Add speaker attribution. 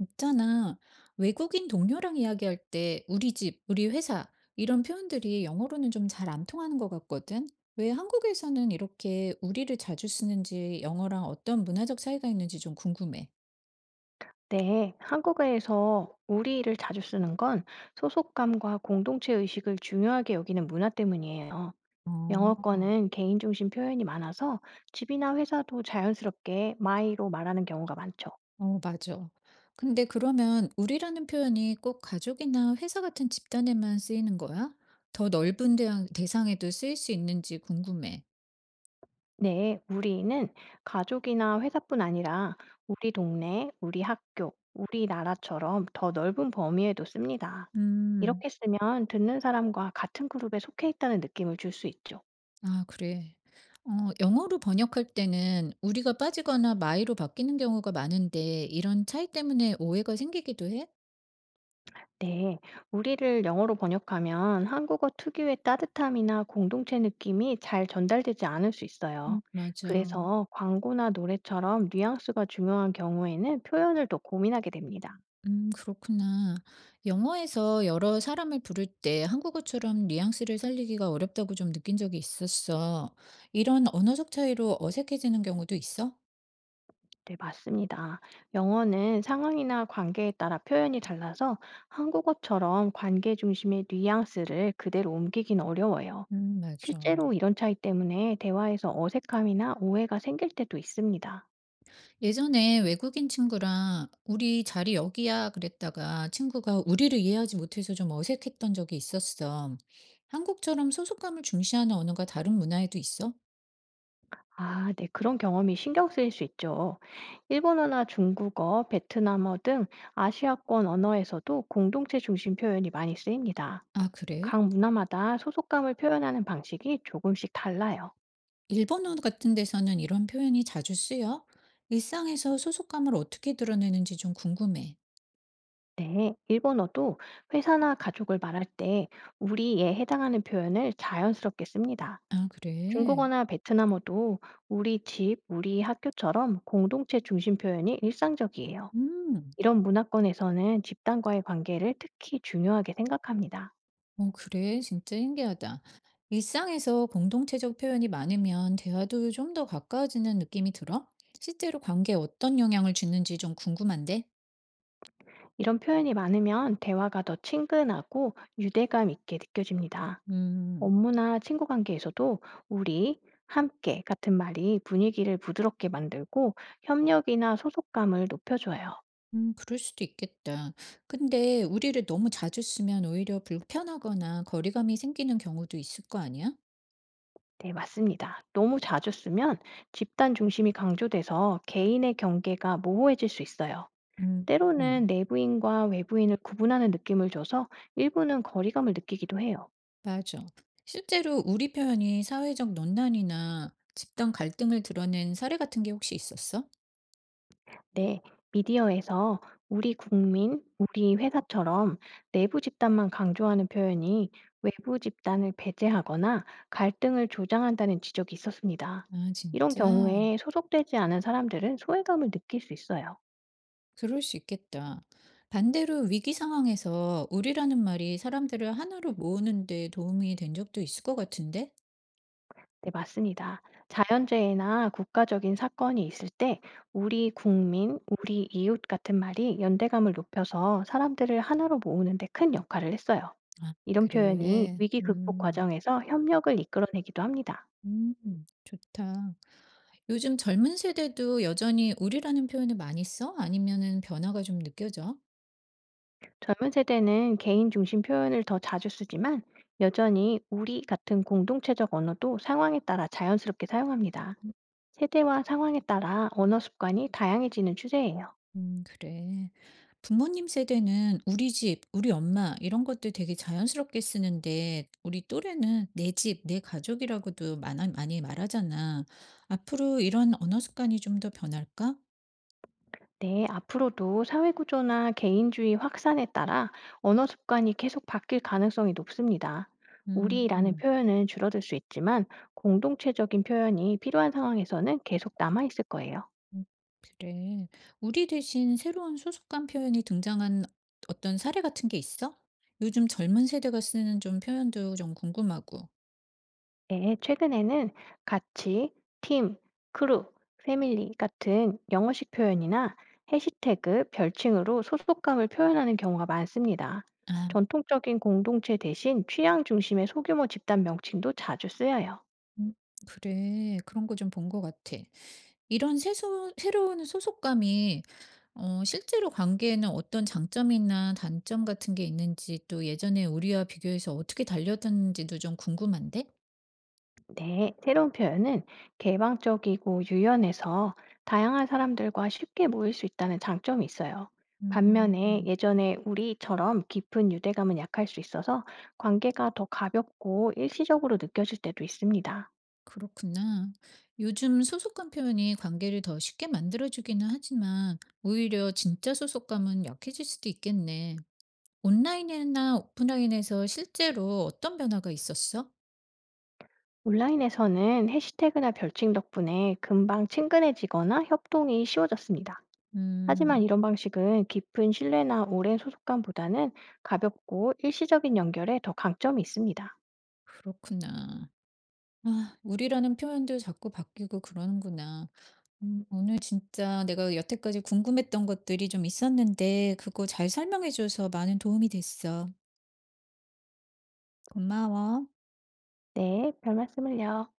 Speaker 1: 있잖아. 외국인 동료랑 이야기할 때 우리 집, 우리 회사 이런 표현들이 영어로는 좀 잘 안 통하는 것 같거든. 왜 한국에서는 이렇게 우리를 자주 쓰는지 영어랑 어떤 문화적 차이가 있는지 좀 궁금해.
Speaker 2: 네, 한국어에서 우리를 자주 쓰는 건 소속감과 공동체 의식을 중요하게 여기는 문화 때문이에요.
Speaker 1: 어,
Speaker 2: 영어권은 개인 중심 표현이 많아서 집이나 회사도 자연스럽게 my로 말하는 경우가 많죠.
Speaker 1: 어, 맞아. 근데 그러면 우리라는 표현이 꼭 가족이나 회사 같은 집단에만 쓰이는 거야? 더 넓은 대상에도 쓰일 수 있는지 궁금해.
Speaker 2: 네, 우리는 가족이나 회사뿐 아니라 우리 동네, 우리 학교, 우리나라처럼 더 넓은 범위에도 씁니다.
Speaker 1: 음.
Speaker 2: 이렇게 쓰면 듣는 사람과 같은 그룹에 속해 있다는 느낌을 줄 수 있죠.
Speaker 1: 아 그래. 어 영어로 번역할 때는 우리가 빠지거나 마이로 바뀌는 경우가 많은데 이런 차이 때문에 오해가 생기기도 해?
Speaker 2: 네, 우리를 영어로 번역하면 한국어 특유의 따뜻함이나 공동체 느낌이 잘 전달되지 않을 수 있어요.
Speaker 1: 맞아.
Speaker 2: 그래서 광고나 노래처럼 뉘앙스가 중요한 경우에는 표현을 더 고민하게 됩니다.
Speaker 1: 그렇구나. 영어에서 여러 사람을 부를 때 한국어처럼 뉘앙스를 살리기가 어렵다고 좀 느낀 적이 있었어. 이런 언어적 차이로 어색해지는 경우도 있어?
Speaker 2: 네, 맞습니다. 영어는 상황이나 관계에 따라 표현이 달라서 한국어처럼 관계 중심의 뉘앙스를 그대로 옮기긴 어려워요.
Speaker 1: 맞아.
Speaker 2: 실제로 이런 차이 때문에 대화에서 어색함이나 오해가 생길 때도 있습니다.
Speaker 1: 예전에 외국인 친구랑 "우리 자리 여기야." 그랬다가 친구가 우리를 이해하지 못해서 좀 어색했던 적이 있었어. 한국처럼 소속감을 중시하는 언어가 다른 문화에도 있어?
Speaker 2: 아, 네. 그런 경험이 신경 쓰일 수 있죠. 일본어나 중국어, 베트남어 등 아시아권 언어에서도 공동체 중심 표현이 많이 쓰입니다.
Speaker 1: 아, 그래?
Speaker 2: 각 문화마다 소속감을 표현하는 방식이 조금씩 달라요.
Speaker 1: 일본어 같은 데서는 이런 표현이 자주 쓰여? 일상에서 소속감을 어떻게 드러내는지 좀 궁금해.
Speaker 2: 네. 일본어도 회사나 가족을 말할 때 우리에 해당하는 표현을 자연스럽게 씁니다.
Speaker 1: 아, 그래?
Speaker 2: 중국어나 베트남어도 우리 집, 우리 학교처럼 공동체 중심 표현이 일상적이에요.
Speaker 1: 음.
Speaker 2: 이런 문화권에서는 집단과의 관계를 특히 중요하게 생각합니다.
Speaker 1: 어, 그래. 진짜 신기하다. 일상에서 공동체적 표현이 많으면 대화도 좀 더 가까워지는 느낌이 들어? 실제로 관계에 어떤 영향을 주는지 좀 궁금한데?
Speaker 2: 이런 표현이 많으면 대화가 더 친근하고 유대감 있게 느껴집니다.
Speaker 1: 음,
Speaker 2: 업무나 친구 관계에서도 우리, 함께 같은 말이 분위기를 부드럽게 만들고 협력이나 소속감을 높여줘요.
Speaker 1: 그럴 수도 있겠다. 근데 우리를 너무 자주 쓰면 오히려 불편하거나 거리감이 생기는 경우도 있을 거 아니야?
Speaker 2: 네, 맞습니다. 너무 자주 쓰면 집단 중심이 강조돼서 개인의 경계가 모호해질 수 있어요.
Speaker 1: 음,
Speaker 2: 때로는
Speaker 1: 음,
Speaker 2: 내부인과 외부인을 구분하는 느낌을 줘서 일부는 거리감을 느끼기도 해요.
Speaker 1: 맞아. 실제로 우리 표현이 사회적 논란이나 집단 갈등을 드러낸 사례 같은 게 혹시 있었어?
Speaker 2: 네, 미디어에서 우리 국민, 우리 회사처럼 내부 집단만 강조하는 표현이 외부 집단을 배제하거나 갈등을 조장한다는 지적이 있었습니다.
Speaker 1: 아,
Speaker 2: 이런
Speaker 1: 진짜?
Speaker 2: 경우에 소속되지 않은 사람들은 소외감을 느낄 수 있어요.
Speaker 1: 그럴 수 있겠다. 반대로 위기 상황에서 우리라는 말이 사람들을 하나로 모으는 데 도움이 된 적도 있을 것 같은데?
Speaker 2: 네, 맞습니다. 자연재해나 국가적인 사건이 있을 때 우리 국민, 우리 이웃 같은 말이 연대감을 높여서 사람들을 하나로 모으는 데 큰 역할을 했어요.
Speaker 1: 아,
Speaker 2: 이런 표현이
Speaker 1: 그래.
Speaker 2: 위기 극복 과정에서 협력을 이끌어내기도 합니다.
Speaker 1: 좋다. 요즘 젊은 세대도 여전히 우리라는 표현을 많이 써? 아니면은 변화가 좀 느껴져?
Speaker 2: 젊은 세대는 개인 중심 표현을 더 자주 쓰지만 여전히 우리 같은 공동체적 언어도 상황에 따라 자연스럽게 사용합니다. 세대와 상황에 따라 언어 습관이 다양해지는 추세예요.
Speaker 1: 그래. 부모님 세대는 우리 집, 우리 엄마 이런 것들 되게 자연스럽게 쓰는데 우리 또래는 내 집, 내 가족이라고도 많아 많이 말하잖아. 앞으로 이런 언어 습관이 좀 더 변할까?
Speaker 2: 네, 앞으로도 사회 구조나 개인주의 확산에 따라 언어 습관이 계속 바뀔 가능성이 높습니다.
Speaker 1: 음.
Speaker 2: 우리라는
Speaker 1: 음.
Speaker 2: 표현은 줄어들 수 있지만 공동체적인 표현이 필요한 상황에서는 계속 남아 있을 거예요.
Speaker 1: 음 그래. 우리 대신 새로운 소속감 표현이 등장한 어떤 사례 같은 게 있어? 요즘 젊은 세대가 쓰는 좀 표현도 좀 궁금하고.
Speaker 2: 네, 최근에는 같이, 팀, 크루, 패밀리 같은 영어식 표현이나 해시태그, 별칭으로 소속감을 표현하는 경우가 많습니다.
Speaker 1: 아.
Speaker 2: 전통적인 공동체 대신 취향 중심의 소규모 집단 명칭도 자주 쓰여요.
Speaker 1: 음 그래. 그런 거 좀 본 것 같아. 이런 새소 새로운 소속감이 실제로 관계에는 어떤 장점이나 단점 같은 게 있는지 또 예전에 우리와 비교해서 어떻게 달렸는지도 좀 궁금한데?
Speaker 2: 네, 새로운 표현은 개방적이고 유연해서 다양한 사람들과 쉽게 모일 수 있다는 장점이 있어요. 반면에
Speaker 1: 음.
Speaker 2: 예전에 우리처럼 깊은 유대감은 약할 수 있어서 관계가 더 가볍고 일시적으로 느껴질 때도 있습니다.
Speaker 1: 그렇구나. 요즘 소속감 표현이 관계를 더 쉽게 만들어주기는 하지만 오히려 진짜 소속감은 약해질 수도 있겠네. 온라인이나 오프라인에서 실제로 어떤 변화가 있었어?
Speaker 2: 온라인에서는 해시태그나 별칭 덕분에 금방 친근해지거나 협동이 쉬워졌습니다. 하지만
Speaker 1: 음.
Speaker 2: 이런 방식은 깊은 신뢰나 오랜 소속감보다는 가볍고 일시적인 연결에 더 강점이 있습니다.
Speaker 1: 그렇구나. 아 우리라는 표현도 자꾸 바뀌고 그러는구나. 오늘 진짜 내가 여태까지 궁금했던 것들이 좀 있었는데 그거 잘 설명해 줘서 많은 도움이 됐어. 고마워.
Speaker 2: 네, 별 말씀을요.